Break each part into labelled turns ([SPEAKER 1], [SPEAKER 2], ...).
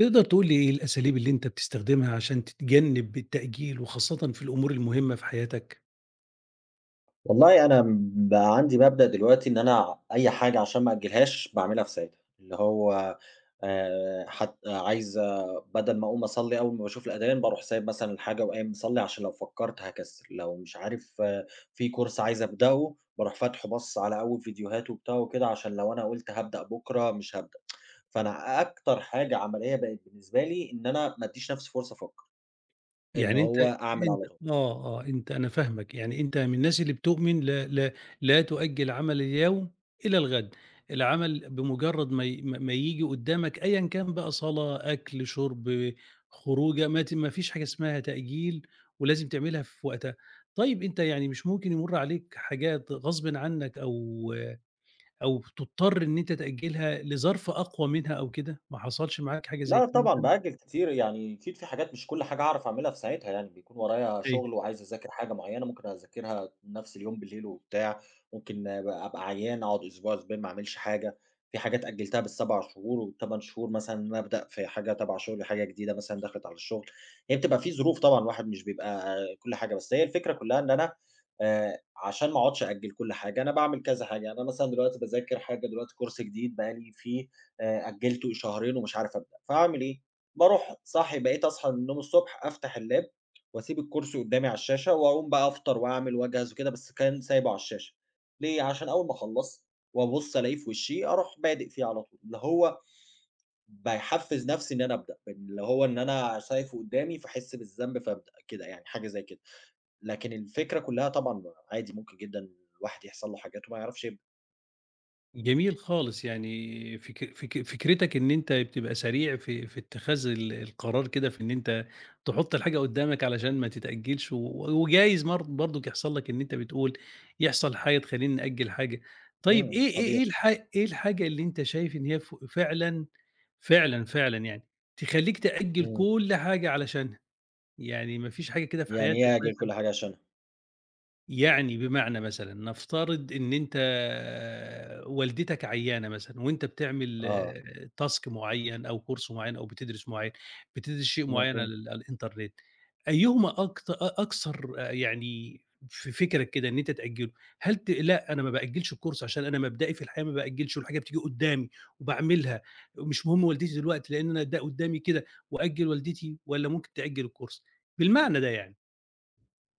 [SPEAKER 1] تقدر تقول لي إيه الأساليب اللي أنت بتستخدمها عشان تتجنب التأجيل وخاصةً في الأمور المهمة في حياتك؟
[SPEAKER 2] والله أنا م بقى عندي مبدأ دلوقتي إن أنا أي حاجة عشان ما أأجلهاش باعملها في ساعتها، اللي هو حت عايز بدل ما أقوم أصلّي أول ما باشوف الأذان باروح سايب مثلًا الحاجة وقايم مصلّي عشان لو فكّرت هاكسل، لو مش عارف في course عايز أبدأه باروح فاتحه باصص على أول فيديوهات وبتاع وكده عشان لو أنا قُلت هابدأ بُكرة مش هابدأ، فأنا أكتر حاجة عملية بقت بالنسبة لي إن أنا ما أدّيش نَفْسي فرصة أفكّر، إن
[SPEAKER 1] يعني أنت
[SPEAKER 2] هو أعمل
[SPEAKER 1] أنت
[SPEAKER 2] على
[SPEAKER 1] أنت أنا فاهمك، يعني أنت من الناس اللي بتؤمن لا تؤجل عمل اليوم إلى الغد، العمل بمجرد ما ي ما ما ييجي قدامك أيًا كان بقى صلاة، أكل، شرب، خروجة، ما فيش حاجة اسمها تأجيل ولازم تعملها في وقتها. طيب أنت يعني مش ممكن يمُر عليك حاجات غصبٍ عنك أو تضطر إن أنت تأجّلها لظرف أقوى منها أو كده، ما حصلش معاك حاجة زي
[SPEAKER 2] لأ
[SPEAKER 1] كده
[SPEAKER 2] طبعًا
[SPEAKER 1] مثلًا؟
[SPEAKER 2] بأجّل كتير، يعني أكيد في حاجات مش كل حاجة هاعرف أعملها في ساعتها يعني، بيكون ورايا
[SPEAKER 1] أيوه،
[SPEAKER 2] شغل وعايز أذاكر حاجة معيّنة ممكن أذاكرها نفس اليوم بالليل وبتاع، ممكن اب أبقى عيان أقعد أسبوع، أسبوعين ما أعملش حاجة، في حاجات أجّلتها بال7 شهور وال8 شهور مثلًا إن أنا أبدأ في حاجة تبع شغلي، حاجة جديدة مثلًا دخلت على الشغل، هي بتبقى في ظروف طبعًا الواحد مش بيبقى كل حاجة، بس هي الفكرة كلّها إن أنا عشان ما أقعدش أأجّل كل حاجة، أنا باعمل كذا حاجة، يعني أنا مثلًا دلوقتي باذاكر حاجة دلوقتي كورس جديد بقى لي فيه أجّلته شهرين ومش عارف أبدأ، فاعمل إيه؟ باروح صاحي بقيت أصحى من النوم الصبح أفتح اللاب وأسيب الكرسي قدّامي على الشاشة وأقوم بقى أفطر وأعمل وأجهز وكده، بس كان سايبه على الشاشة، ليه؟ عشان أول ما أخلّص وأبُص ألاقيه في وشّي أروح بادئ فيه على طول، اللي هو باحفّز نفسي إن أنا أبدأ، اللي هو إن أنا شايفه قدّامي فاحس بالذنب فابدأ كده يعني، حاجة زي كده، لكن الفكرة كلّها طبعًا عادي ممكن جدًا الواحد يحصل له حاجات وما يعرفش يبدأ.
[SPEAKER 1] جميل خالص، يعني فك فك فكرتك إن أنت بتبقى سريع في اتخاذ القرار كده في إن أنت تحُط الحاجة قدّامك علشان ما تتأجّلش، وجايز مر برضُك يحصل لك إن أنت بتقول يحصل حاجة تخلّيني نأجّل حاجة. طيب
[SPEAKER 2] إمم، طبيعي.
[SPEAKER 1] إيه الحاجة اللي أنت شايف إن هي فعلًا، فعلًا يعني تخلّيك تأجّل
[SPEAKER 2] إمم.
[SPEAKER 1] كل حاجة علشانها؟ يعني ما فيش حاجة كده في
[SPEAKER 2] يعني
[SPEAKER 1] حياتك
[SPEAKER 2] يعجل
[SPEAKER 1] مثلًا
[SPEAKER 2] كل حاجة عشانها.
[SPEAKER 1] يعني بمعنى مثلًا نفترض إن أنت والدتك عيّانة مثلًا وأنت بتعمل
[SPEAKER 2] آه،
[SPEAKER 1] task معيّن أو course معيّن أو بتدرس معيّن، بتدرس شيء معيّن على
[SPEAKER 2] مفهوم.
[SPEAKER 1] على الإنترنت، أيهما أكت أكثر يعني في فكرك كده إن أنت تأجّله؟ هل ت لأ أنا ما بأجّلش الcourse عشان أنا مبدئي في الحياة ما بأجّلش والحاجة بتيجي قدّامي وباعملها، ومش مهم والدتي دلوقتي لإن أنا ده قدّامي كده وأجّل والدتي والّا ممكن تأجّل الcourse؟ بالمعنى ده يعني.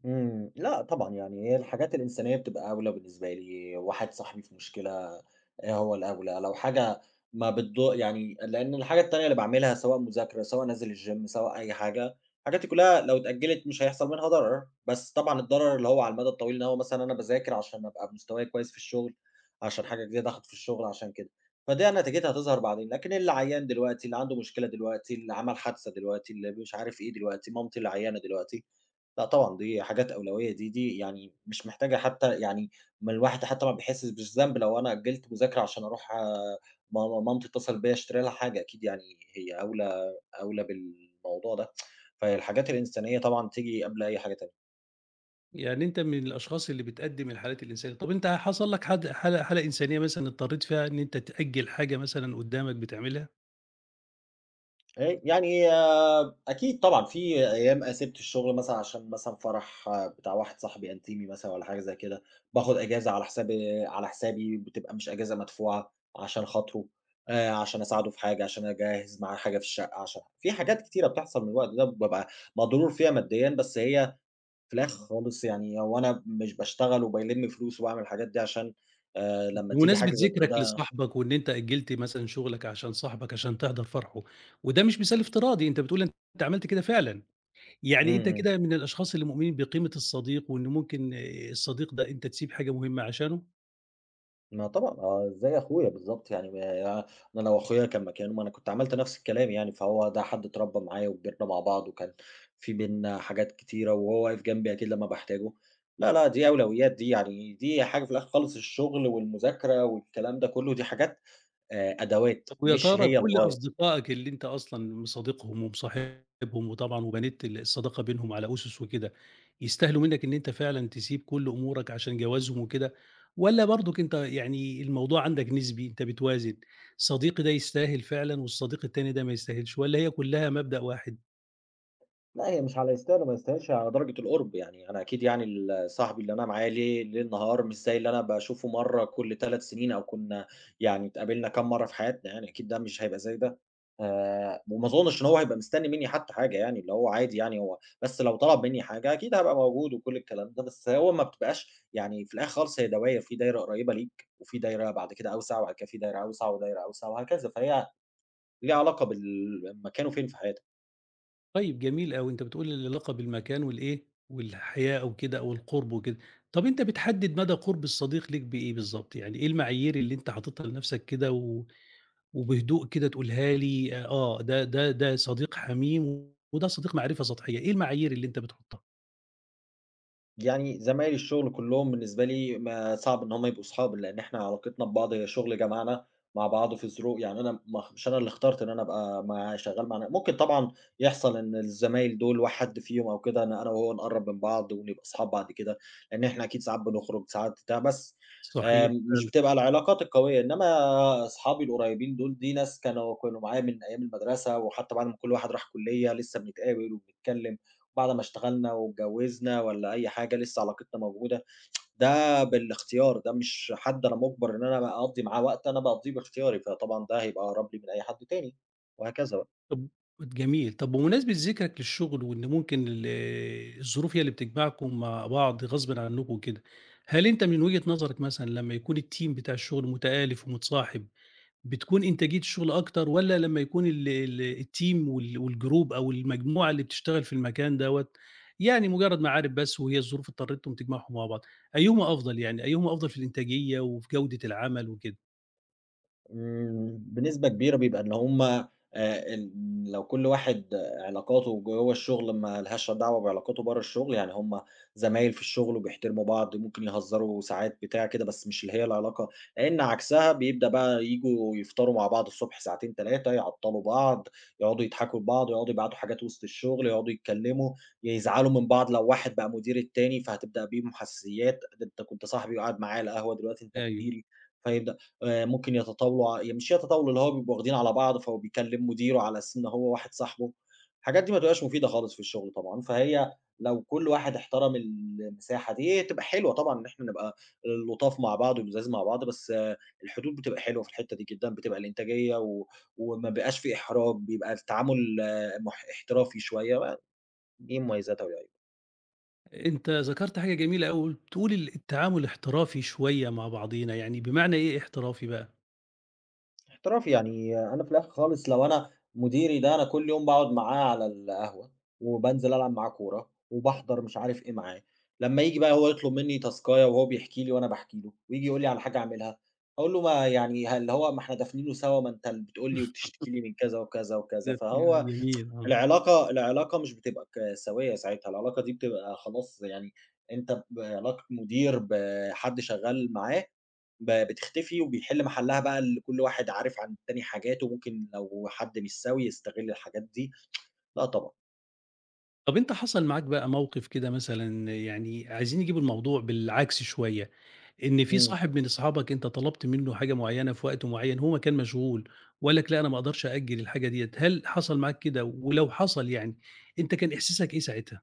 [SPEAKER 2] إمم، لأ طبعًا، يعني هي الحاجات الإنسانية بتبقى أولى بالنسبة لي، واحد صاحبي في مشكلة هو الأولى، لو حاجة ما بتض يعني لإن الحاجة التانية اللي باعملها سواء مذاكرة، سواء نازل الgym، سواء أي حاجة، الحاجات دي كلّها لو اتأجّلت مش هيحصل منها ضرر، بس طبعًا الضرر اللي هو على المدى الطويل إن هو مثلًا أنا باذاكر عشان أبقى مستواي كويس في الشغل، عشان حاجة جديدة آخد في الشغل عشان كده، فدي نتيجتها هتظهر بعدين، لكن اللي عيّان دلوقتي، اللي عنده مشكلة دلوقتي، اللي عمل حادثة دلوقتي، اللي مش عارف إيه دلوقتي، مامتي اللي عيّانة دلوقتي، لأ طبعًا، دي حاجات أولوية دي يعني مش محتاجة حتى يعني ما الواحد حتى ما بيحسّش بالذنب لو أنا أجّلت مذاكرة عشان أروح مامتي اتصلت بيّا أشتري لها حاجة، أكيد يعني هي أولى أولى بالموضوع ده. فهي الحاجات الإنسانية طبعًا تيجي قبل أي حاجة تانية.
[SPEAKER 1] يعني أنت من الأشخاص اللي بتقدّم الحالات الإنسانية، طَب أنت حصل لك حد حالة إنسانية مثلًا اضطريت فيها إن أنت تأجّل حاجة مثلًا قدّامك بتعملها؟
[SPEAKER 2] يعني أكيد طبعًا، في أيام سِبت الشغل مثلًا عشان مثلًا فرح بتاع واحد صاحبي أنتيمي مثلًا والّا حاجة زي كده، باخد إجازة على حسابي، بتبقى مش إجازة مدفوعة عشان خاطره، عشان أساعده في حاجة، عشان أجهّز معاه حاجة في الشقة، عشان في حاجات كتيرة بتحصل من الوقت ده بابقى مضرور فيها ماديًا، بس هي في الآخر خالص يعني هو أنا مش باشتغل وبالِم فلوس وباعمل الحاجات دي عشان لمّا تيجي
[SPEAKER 1] بمناسبة
[SPEAKER 2] حاجة زي
[SPEAKER 1] ذكرك
[SPEAKER 2] كده.
[SPEAKER 1] لصاحبك وإن أنت أجّلت مثلًا شغلك عشان صاحبك عشان تحضر فرحه، وده مش مثال افتراضي، أنت بتقول أنت عملت كده فعلًا،
[SPEAKER 2] إمم،
[SPEAKER 1] يعني أنت
[SPEAKER 2] إمم.
[SPEAKER 1] كده من الأشخاص اللي مؤمنين بقيمة الصديق وإن ممكن الصديق ده أنت تسيب حاجة مهمة عشانه؟
[SPEAKER 2] ما طبعًا آه، زي أخويا بالضبط يعني ما يعني أنا لو أخويا كان مكانه ما أنا كنت عملت نفس الكلام يعني، فهو ده حد اتربى معايا وكبرنا مع بعض وكان في بيننا حاجات كتيرة وهو واقف جنبي أكيد لمّا باحتاجه. لا، لأ، دي أولويات دي يعني دي حاجة في الآخر خالص الشغل والمذاكرة والكلام ده كله دي حاجات أدوات
[SPEAKER 1] طب ويا
[SPEAKER 2] مش
[SPEAKER 1] ترى
[SPEAKER 2] هي
[SPEAKER 1] كل
[SPEAKER 2] الغاية.
[SPEAKER 1] أصدقائك اللي أنت أصلًا مصادقهم ومصاحبهم وطبعًا وبنيت الصداقة بينهم على أُسس وكده، يستاهلوا منّك إن أنت فعلًا تسيب كل أمورك عشان جوازهم وكده، والّا برضك أنت يعني الموضوع عندك نسبي، أنت بتوازن، صديقي ده يستاهل فعلًا والصديق التاني ده ما يستاهلش، والّا هي كلها مبدأ واحد؟
[SPEAKER 2] لأ، هي مش على يستاهل وما يستاهلش، على درجة القُرب، يعني أنا أكيد يعني صاحبي اللي أنا معاه ليل نهار، مش زي اللي أنا باشوفه مرّة كل 3 سنين أو كنا يعني اتقابلنا كام مرّة في حياتنا يعني، أكيد ده مش هيبقى زي ده. وما أظنش إن هو هيبقى مستني منّي حتى حاجة يعني، اللي هو عادي يعني هو بس لو طلب منّي حاجة أكيد هابقى موجود وكل الكلام ده، بس هو ما بتبقاش يعني في الآخر خالص هي دواير، في دايرة قريّبة ليك، وفي دايرة بعد كده أوسع، وبعد كده في دايرة أوسع ودايرة أوسع وهكذا، فهي ليها علاقة بالمكان وفين في حياتك.
[SPEAKER 1] طيب جميل أوي، أنت بتقول العلاقة بالمكان والإيه، والحياء وكده أو القُرب وكده، طب أنت بتحدد مدى قُرب الصديق ليك بإيه بالضبط؟ يعني إيه المعايير اللي أنت حاططها لنفسك كده وبهدوء كده تقولها لي ده صديق حميم وده صديق معرفة سطحية، إيه المعايير اللي أنت بتحطها؟
[SPEAKER 2] يعني زمايل الشغل كلّهم بالنسبة لي ما صعب إن هم يبقوا صحابي، لإن إحنا علاقتنا ببعض هي شغل جمعنا مع بعض في ظرو يعني أنا ما خ مش أنا اللي اخترت إن أنا أبقى مع شغّال مع ن ممكن طبعًا يحصل إن الزمايل دول واحد فيهم أو كده إن أنا وهو نقرّب من بعض ونبقى أصحاب بعد كده، لإن إحنا أكيد ساعات بنخرج، ساعات بتاع، بس
[SPEAKER 1] صحيح
[SPEAKER 2] مش
[SPEAKER 1] فعلًا،
[SPEAKER 2] بتبقى العلاقات القوية، إنّما أصحابي القريبين دول دي ناس كانوا معايا من أيام المدرسة وحتى بعد ما كل واحد راح كُلّية لسّه بنتقابل وبنتكلّم. بعد ما اشتغلنا واتجوّزنا والّا أي حاجة، لسه علاقتنا موجودة، ده بالاختيار، ده مش حد أنا مُجبَر إن أنا باقضّي معاه وقت، أنا باقضّيه باختياري، فطبعًا ده هيبقى أقرب لي من أي حد تاني، وهكذا بقى.
[SPEAKER 1] طب جميل، طب بمناسبة ذِكرك للشغل وإن ممكن الظروف هي اللي بتجمعكم مع بعض غصبٍ عنكم وكده، هل أنت من وجهة نظرك مثلًا لمّا يكون الteam بتاع الشغل متآلف ومتصاحب بتكون إنتاجية الشغل أكتر والّا لمّا يكون ال ال الteam والجروب أو المجموعة اللي بتشتغل في المكان دوّة، يعني مجرد معارف بس وهي الظروف اضطرتهم تجمعهم مع بعض، أيهما أفضل يعني، أيهما أفضل في الإنتاجية وفي جودة العمل وكده؟
[SPEAKER 2] إمم، بنسبة كبيرة بيبقى إن هُم ال لو كل واحد علاقاته جوّه الشغل ما لهاش دعوة بعلاقاته برّه الشغل، يعني هُم زمايل في الشغل وبيحترموا بعض، ممكن يهزروا ساعات بتاع كده، بس مش اللي هي العلاقة. لإن عكسها بيبدأ بقى ييجوا يفطروا مع بعض الصبح ساعتين، 3 يعطّلوا بعض، يقعدوا يضحكوا لبعض، يقعدوا يبعتوا حاجات وسط الشغل، يقعدوا يتكلموا، يزعلوا من بعض لو واحد بقى مدير التاني، فهتبدأ بيهم حساسيات، ده أنت كنت صاحبي وقاعد معايا على القهوة، دلوقتي أنت
[SPEAKER 1] أيوه.
[SPEAKER 2] مديري، فيبدأ ممكن يتطاولوا ع يعني مش يتطاولوا، اللي هو بيبقوا واخدين على بعض، فهو بيكلّم مديره على أساس إن هو واحد صاحبه. الحاجات دي ما بتبقاش مفيدة خالص في الشغل طبعًا، فهي لو كل واحد احترم المساحة دي، هي تبقى حلوة طبعًا إن إحنا نبقى لطاف مع بعض ولُذاذ مع بعض، بس الحدود بتبقى حلوة في الحتّة دي جدًا، بتبقى الإنتاجية وما بيبقاش في إحراج، بيبقى التعامل آه، احترافي شوية، دي مميزاتها والعيوب.
[SPEAKER 1] أنت ذكرت حاجة جميلة أوي، بتقول التعامل احترافي شوية مع بعضينا، يعني بمعنى إيه احترافي بقى؟
[SPEAKER 2] احتراف، يعني أنا في الآخر خالص لو أنا مديري ده أنا كل يوم باقعد معاه على القهوة، وبانزل ألعب معاه كورة، وباحضر مش عارف إيه معاه، لمّا ييجي بقى هو يطلب منّي تاسكاية وهو بيحكي لي وأنا باحكي له، وييجي يقول لي على حاجة أعملها، أقول له ما يعني ه اللي هو ما إحنا دافنينه سوا، ما أنت اللي بتقول لي وبتشتكي لي من كذا وكذا
[SPEAKER 1] ده
[SPEAKER 2] وكذا، فهو
[SPEAKER 1] جميل آه.
[SPEAKER 2] العلاقة مش بتبقى سوية ساعتها، العلاقة دي بتبقى خلاص يعني أنت بعلاقة مدير بحد شغال معاه، بتختفي وبيحل محلها بقى اللي كل واحد عارف عن التاني حاجات، وممكن لو حد مش سَوِي يستغل الحاجات دي، لأ طبعًا.
[SPEAKER 1] طب أنت حصل معاك بقى موقف كده مثلًا يعني عايزين نجيب الموضوع بالعكس شوية، إن في
[SPEAKER 2] إمم.
[SPEAKER 1] صاحب من أصحابك أنت طلبت منّه حاجة معيّنة في وقت معيّن، هو كان مشغول وقال لك لأ، أنا ما أقدرش أأجّل الحاجة ديّة، هل حصل معاك كده؟ ولو حصل يعني، أنت كان إحساسك إيه ساعتها؟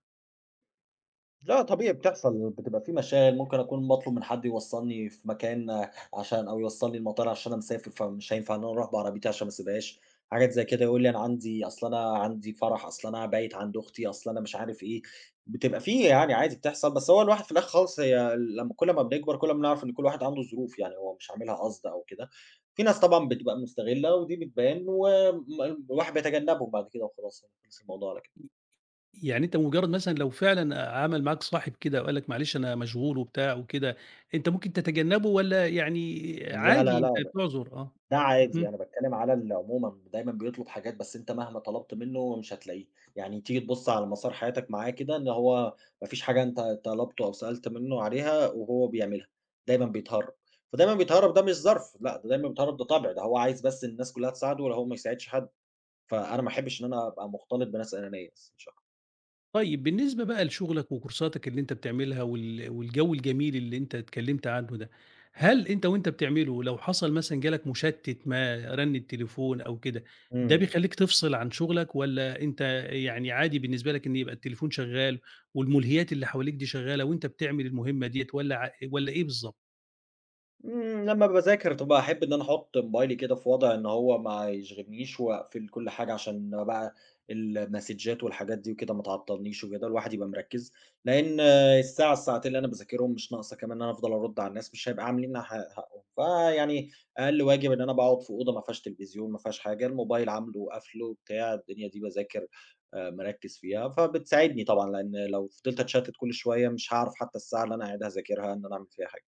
[SPEAKER 2] لأ طبيعي بتحصل، بتبقى في مشاغل، ممكن أكون باطلب من حد يوصّلني في مكان عشان أو يوصّلني المطار عشان أنا مسافر، فمش هينفع إن أنا أروح بعربيتي عشان ما اسيبهاش، حاجات زي كده، يقول لي أنا عندي فرح، أصل أنا بايت عند أختي، أصل أنا مش عارف إيه، بتبقى في يعني عادي بتحصل، بس هو الواحد في الآخر خالص هي لمّا كل ما بنكبر كل ما بنعرف إن كل واحد عنده ظروف، يعني هو مش عاملها قصد أو كده، في ناس طبعًا بتبقى مستغلة ودي بتبان. الواحد بيتجنبهم بعد كده وخلاص، يعني خلص الموضوع على كده.
[SPEAKER 1] يعني أنت مجرّد مثلًا لو فعلًا عمل معاك صاحب كده وقال لك معلش أنا مشغول وبتاع وكده، أنت ممكن تتجنّبه والّا يعني
[SPEAKER 2] لا،
[SPEAKER 1] عادي
[SPEAKER 2] لا،
[SPEAKER 1] أنت
[SPEAKER 2] لا،
[SPEAKER 1] بتعذر؟ آه.
[SPEAKER 2] ده عادي،
[SPEAKER 1] اهم.
[SPEAKER 2] أنا باتكلّم على عمومًا دايمًا بيطلب حاجات بس أنت مهما طلبت منّه مش هتلاقيه، يعني تيجي تبُص على مسار حياتك معاه كده إن هو ما فيش حاجة أنت طلبته أو سألت منّه عليها وهو بيعملها، دايمًا بيتهرّب، فدايمًا بيتهرّب ده مش ظرف، لأ ده دايمًا بيتهرّب ده طبع، ده هو عايز بس الناس كلّها تساعده ولا هو ما يساعدش حد، فأنا ما احبّش إن أنا أبقى مختلط بناس أنانية بس مش أكتر.
[SPEAKER 1] طيب بالنسبة بقى لشغلك وكورساتك اللي أنت بتعملها والجو الجميل اللي أنت اتكلمت عنه ده، هل أنت وأنت بتعمله لو حصل مثلًا جالك مشتت ما، رن التليفون أو كده، ده
[SPEAKER 2] إمم.
[SPEAKER 1] بيخلّيك تفصل عن شغلك والّا أنت يعني عادي بالنسبة لك إن يبقى التليفون شغال والملهيات اللي حواليك دي شغالة وأنت بتعمل المهمة ديّة والّا إيه بالضبط؟
[SPEAKER 2] إمم، لمّا باذاكر طبعًا أحب إن أنا أحُط موبايلي كده في وضع إن هو ما يشغلنيش وأقفل كل حاجة عشان بقى المسدجات والحاجات دي وكده ما تعطّلنيش وكده، الواحد يبقى مركّز، لإن الساعة، الساعتين اللي أنا باذاكرهم مش ناقصة كمان إن أنا أفضل أرُد على الناس، مش هيبقى عاملين حقهم. فيعني أقل واجب إن أنا باقعد في أوضة ما فيهاش تلفزيون، ما فيهاش حاجة، الموبايل عامله قافله بتاع، الدنيا دي باذاكر مركّز فيها، فبتساعدني طبعًا لإن لو فضلت أتشتت كل شوية مش هاعرف حتى الساعة اللي أنا قاعد هاذاكرها إن أنا أعمل فيها حاجة.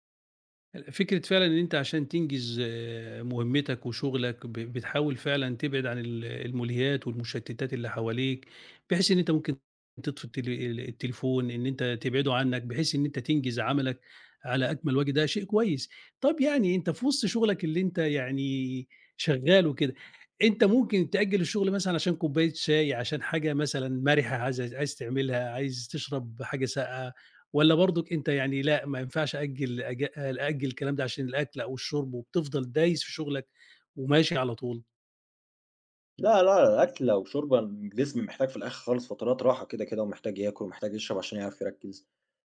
[SPEAKER 1] فكرة فعلًا إن أنت عشان تنجز مهمتك وشغلك بتحاول فعلًا تبعد عن الملهيات والمشتتات اللي حواليك، بحيث إن أنت ممكن تطفي التليفون، إن أنت تبعده عنك، بحيث إن أنت تنجز عملك على أكمل وجه، ده شيء كويس. طب يعني أنت في وسط شغلك اللي أنت يعني شغال وكده، أنت ممكن تأجل الشغل مثلًا عشان كوباية شاي، عشان حاجة مثلًا مَرِحة عايز تعملها، عايز تشرب حاجة ساقعة. والّا برضك أنت يعني لأ، ما ينفعش أأجّل الكلام ده عشان الأكل أو الشرب، وبتفضل دايس في شغلك وماشي على طول.
[SPEAKER 2] لا، لا، أكلة وشُرْبة الجسم محتاج في الآخر خالص فترات راحة كده، كده ومحتاج ياكل ومحتاج يشرب عشان يعرف يركّز.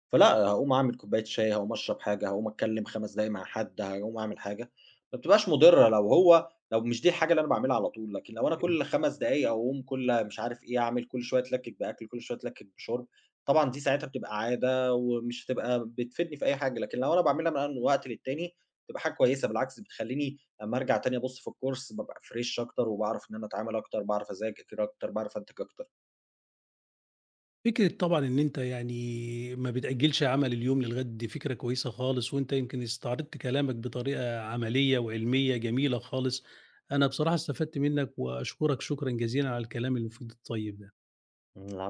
[SPEAKER 2] فلأ، هاقوم أعمل كوباية شاي، هاقوم أشرب حاجة، هاقوم أتكلم 5 دقايق مع حد، هاقوم أعمل حاجة، ما بتبقاش مُضرة لو هو لو مش دي الحاجة اللي أنا باعملها على طول، لكن لو أنا
[SPEAKER 1] إمم.
[SPEAKER 2] كل 5 دقايق أقوم كل مش عارف إيه أعمل، كل شوية أتلكك بأكل، كل شوية أتلكك بشُرب، طبعًا دي ساعتها بتبقى عادة ومش هتبقى بتفيدني في أي حاجة، لكن لو أنا باعملها بقى من وقت للتاني بتبقى حاجة كويسة، بالعكس بتخلّيني أمّا أرجع تاني أبُص في الcourse بابقى فريش أكتر، وباعرف إن أنا أتعامل أكتر، باعرف أذاكر أكتر، باعرف أنتج أكتر.
[SPEAKER 1] فكرة طبعًا إن أنت يعني ما بتأجّلش عمل اليوم للغد دي فكرة كويسة خالص، وأنت يمكن استعرضت كلامك بطريقة عملية وعلمية جميلة خالص. أنا بصراحة استفدت منّك وأشكرك شكرًا جزيلًا على الكلام المفيد الطيب ده.
[SPEAKER 2] إمم، لا